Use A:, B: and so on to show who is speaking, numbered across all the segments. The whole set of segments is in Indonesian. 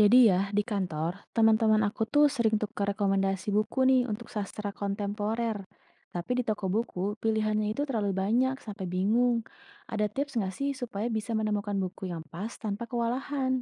A: Jadi ya, di kantor, teman-teman aku tuh sering tukar rekomendasi buku nih untuk sastra kontemporer. Tapi di toko buku, pilihannya itu terlalu banyak sampai bingung. Ada tips nggak sih supaya bisa menemukan buku yang pas tanpa kewalahan?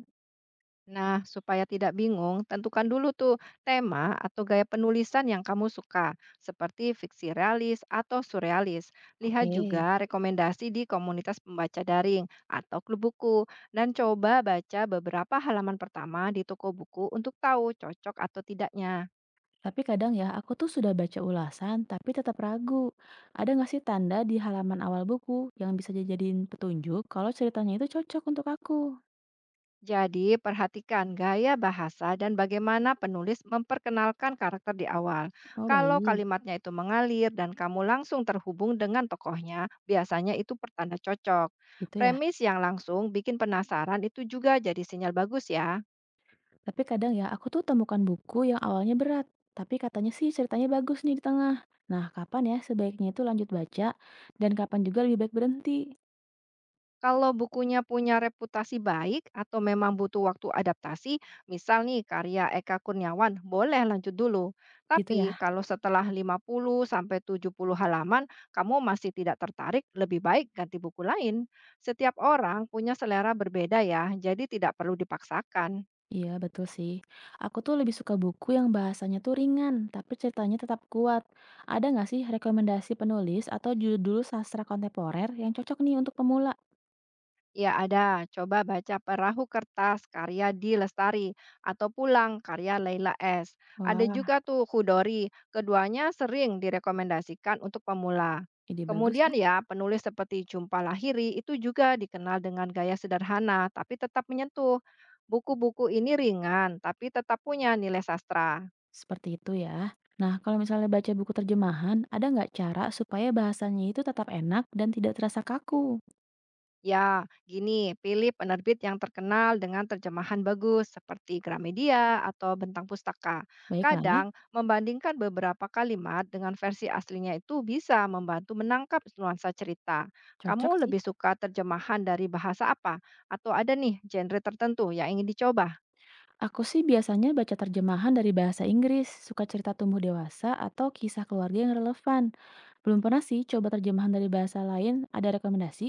B: Nah, supaya tidak bingung, tentukan dulu tuh tema atau gaya penulisan yang kamu suka, seperti fiksi realis atau surrealis. Lihat juga
A: Oke.
B: rekomendasi di komunitas pembaca daring atau klub buku, dan coba baca beberapa halaman pertama di toko buku untuk tahu cocok atau tidaknya.
A: Tapi kadang ya, aku tuh sudah baca ulasan, tapi tetap ragu. Ada nggak sih tanda di halaman awal buku yang bisa dijadiin petunjuk kalau ceritanya itu cocok untuk aku?
B: Jadi, perhatikan gaya bahasa dan bagaimana penulis memperkenalkan karakter di awal.
A: Oh
B: Kalau
A: baik,
B: kalimatnya itu mengalir dan kamu langsung terhubung dengan tokohnya, biasanya itu pertanda cocok.
A: gitu ya.
B: Premis yang langsung bikin penasaran itu juga jadi sinyal bagus ya.
A: Tapi kadang ya, aku tuh temukan buku yang awalnya berat, tapi katanya sih ceritanya bagus nih di tengah. Nah, kapan ya sebaiknya itu lanjut baca, dan kapan juga lebih baik berhenti?
B: Kalau bukunya punya reputasi baik atau memang butuh waktu adaptasi, misal nih karya Eka Kurniawan, boleh lanjut dulu.
A: Gitu
B: Tapi
A: ya?
B: kalau setelah 50 sampai 70 halaman kamu masih tidak tertarik, lebih baik ganti buku lain. Setiap orang punya selera berbeda ya, jadi tidak perlu dipaksakan.
A: Iya, betul sih. Aku tuh lebih suka buku yang bahasanya tuh ringan, tapi ceritanya tetap kuat. Ada nggak sih rekomendasi penulis atau judul sastra kontemporer yang cocok nih untuk pemula?
B: Ya ada, coba baca Perahu Kertas karya Di Lestari atau Pulang karya Leila S. Ada
A: Wah,
B: juga tuh Kudori, keduanya sering direkomendasikan untuk pemula.
A: ide bagus
B: Kemudian
A: ya.
B: ya, penulis seperti Jumpa Lahiri itu juga dikenal dengan gaya sederhana tapi tetap menyentuh. Buku-buku ini ringan tapi tetap punya nilai sastra.
A: Seperti itu ya. Nah, kalau misalnya baca buku terjemahan, ada nggak cara supaya bahasanya itu tetap enak dan tidak terasa kaku?
B: Ya, gini, pilih penerbit yang terkenal dengan terjemahan bagus seperti Gramedia atau Bentang Pustaka.
A: Baiklah,
B: Kadang, membandingkan beberapa kalimat dengan versi aslinya itu bisa membantu menangkap nuansa cerita.
A: cocok
B: Kamu
A: sih.
B: lebih suka terjemahan dari bahasa apa? Atau ada nih genre tertentu yang ingin dicoba?
A: Aku sih biasanya baca terjemahan dari bahasa Inggris, suka cerita tumbuh dewasa atau kisah keluarga yang relevan. Belum pernah sih coba terjemahan dari bahasa lain, ada rekomendasi?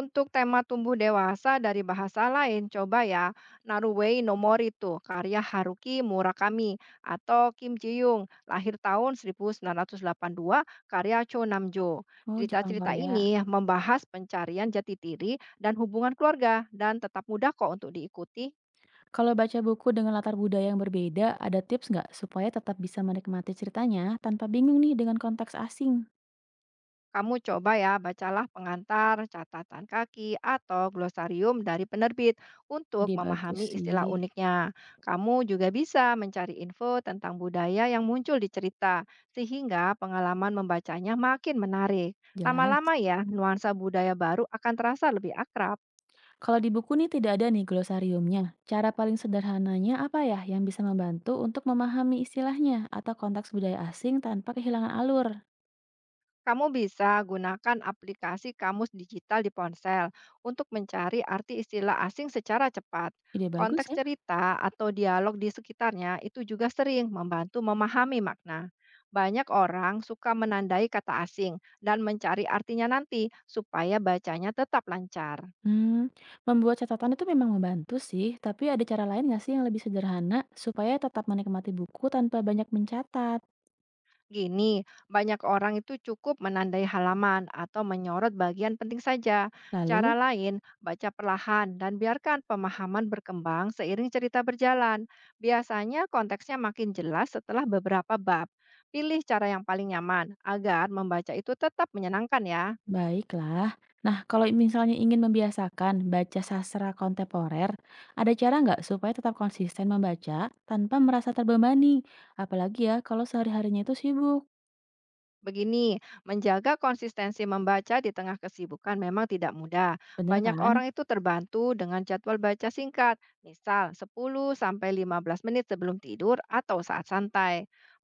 B: Untuk tema tumbuh dewasa dari bahasa lain, coba ya Naruwei no Mori tuh, karya Haruki Murakami atau Kim Ji Young, lahir tahun 1982, karya Cho Namjo.
A: Oh, Jepang
B: Cerita-cerita
A: Korea.
B: ini membahas pencarian jati diri dan hubungan keluarga dan tetap mudah kok untuk diikuti.
A: Kalau baca buku dengan latar budaya yang berbeda, ada tips nggak supaya tetap bisa menikmati ceritanya tanpa bingung nih dengan konteks asing?
B: Kamu coba ya, bacalah pengantar, catatan kaki, atau glosarium dari penerbit untuk
A: Ide bagus
B: memahami istilah
A: sih,
B: uniknya. Kamu juga bisa mencari info tentang budaya yang muncul di cerita, sehingga pengalaman membacanya makin menarik.
A: jelas.
B: Lama-lama ya, nuansa budaya baru akan terasa lebih akrab.
A: Kalau di buku nih tidak ada nih glosariumnya. Cara paling sederhananya apa ya yang bisa membantu untuk memahami istilahnya atau konteks budaya asing tanpa kehilangan alur?
B: Kamu bisa gunakan aplikasi kamus digital di ponsel untuk mencari arti istilah asing secara cepat.
A: Ide bagus
B: Konteks
A: ya.
B: cerita atau dialog di sekitarnya itu juga sering membantu memahami makna. Banyak orang suka menandai kata asing dan mencari artinya nanti supaya bacanya tetap lancar.
A: Hmm, membuat catatan itu memang membantu sih, tapi ada cara lain nggak sih yang lebih sederhana supaya tetap menikmati buku tanpa banyak mencatat?
B: Gini, banyak orang itu cukup menandai halaman atau menyorot bagian penting saja. Cara
A: Lalu?
B: lain, baca perlahan dan biarkan pemahaman berkembang seiring cerita berjalan. Biasanya konteksnya makin jelas setelah beberapa bab. Pilih cara yang paling nyaman agar membaca itu tetap menyenangkan ya.
A: Baiklah. Nah, kalau misalnya ingin membiasakan baca sastra kontemporer, ada cara nggak supaya tetap konsisten membaca tanpa merasa terbebani? Apalagi ya kalau sehari-harinya itu sibuk.
B: Begini, menjaga konsistensi membaca di tengah kesibukan memang tidak mudah.
A: Bener
B: Banyak
A: kan?
B: orang itu terbantu dengan jadwal baca singkat, misal 10-15 menit sebelum tidur atau saat santai.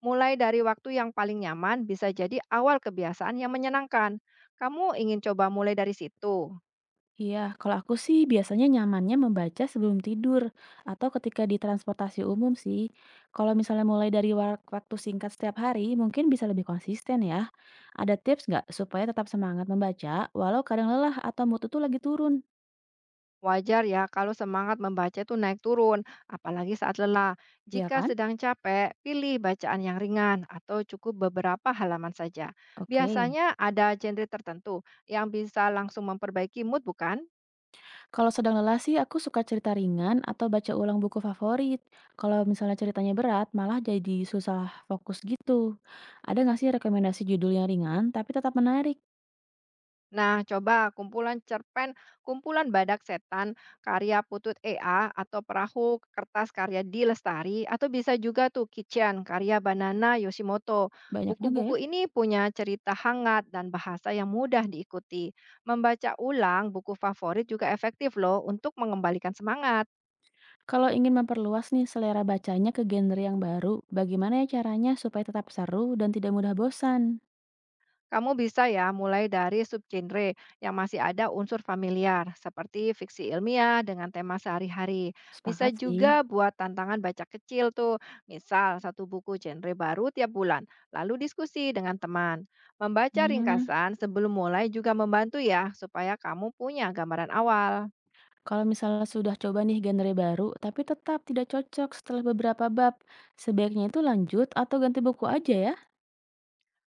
B: Mulai dari waktu yang paling nyaman bisa jadi awal kebiasaan yang menyenangkan. Kamu ingin coba mulai dari situ?
A: Iya, kalau aku sih biasanya nyamannya membaca sebelum tidur atau ketika di transportasi umum sih. Kalau misalnya mulai dari waktu singkat setiap hari, mungkin bisa lebih konsisten ya. Ada tips nggak supaya tetap semangat membaca walau kadang lelah atau mood itu lagi turun?
B: Wajar ya kalau semangat membaca itu naik turun, apalagi saat lelah.
A: Iya
B: Jika
A: kan?
B: sedang capek, pilih bacaan yang ringan atau cukup beberapa halaman saja.
A: Oke.
B: Biasanya ada genre tertentu yang bisa langsung memperbaiki mood bukan?
A: Kalau sedang lelah sih aku suka cerita ringan atau baca ulang buku favorit. Kalau misalnya ceritanya berat, malah jadi susah fokus gitu. Ada nggak sih rekomendasi judul yang ringan tapi tetap menarik?
B: Nah, coba kumpulan cerpen, kumpulan Badak Setan, karya Putut EA atau Perahu Kertas karya Di Lestari atau bisa juga tuh Kitchen karya Banana Yoshimoto.
A: Banyak juga ya.
B: Buku-buku ini punya cerita hangat dan bahasa yang mudah diikuti. Membaca ulang buku favorit juga efektif loh untuk mengembalikan semangat.
A: Kalau ingin memperluas nih selera bacanya ke genre yang baru, bagaimana ya caranya supaya tetap seru dan tidak mudah bosan?
B: Kamu bisa ya mulai dari subgenre yang masih ada unsur familiar, seperti fiksi ilmiah dengan tema sehari-hari. Bisa
A: Sepakat sih.
B: juga buat tantangan baca kecil tuh, misal satu buku genre baru tiap bulan, lalu diskusi dengan teman. Membaca
A: Hmm.
B: ringkasan sebelum mulai juga membantu ya, supaya kamu punya gambaran awal.
A: Kalau misalnya sudah coba nih genre baru, tapi tetap tidak cocok setelah beberapa bab, sebaiknya itu lanjut atau ganti buku aja ya?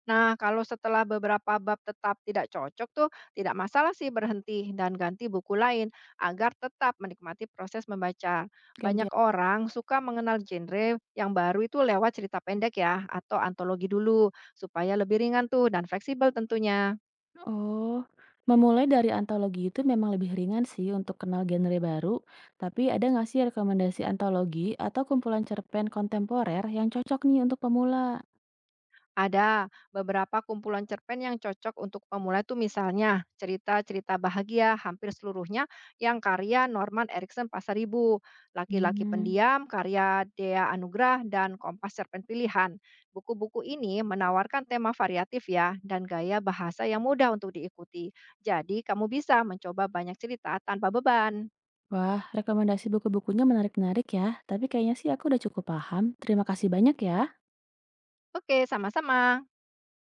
B: Nah, kalau setelah beberapa bab tetap tidak cocok tuh, tidak masalah sih berhenti dan ganti buku lain agar tetap menikmati proses membaca.
A: Ganti.
B: Banyak orang suka mengenal genre yang baru itu lewat cerita pendek ya atau antologi dulu supaya lebih ringan tuh dan fleksibel tentunya.
A: Oh, memulai dari antologi itu memang lebih ringan sih untuk kenal genre baru, tapi ada nggak sih rekomendasi antologi atau kumpulan cerpen kontemporer yang cocok nih untuk pemula?
B: Ada beberapa kumpulan cerpen yang cocok untuk pemula itu misalnya cerita-cerita bahagia hampir seluruhnya yang karya Norman Erickson Pasaribu, Laki-laki
A: Hmm.
B: Pendiam, karya Dea Anugrah, dan Kompas Cerpen Pilihan. Buku-buku ini menawarkan tema variatif ya dan gaya bahasa yang mudah untuk diikuti. Jadi kamu bisa mencoba banyak cerita tanpa beban.
A: Wah, rekomendasi buku-bukunya menarik-menarik ya, tapi kayaknya sih aku udah cukup paham. Terima kasih banyak ya.
B: Oke, sama-sama.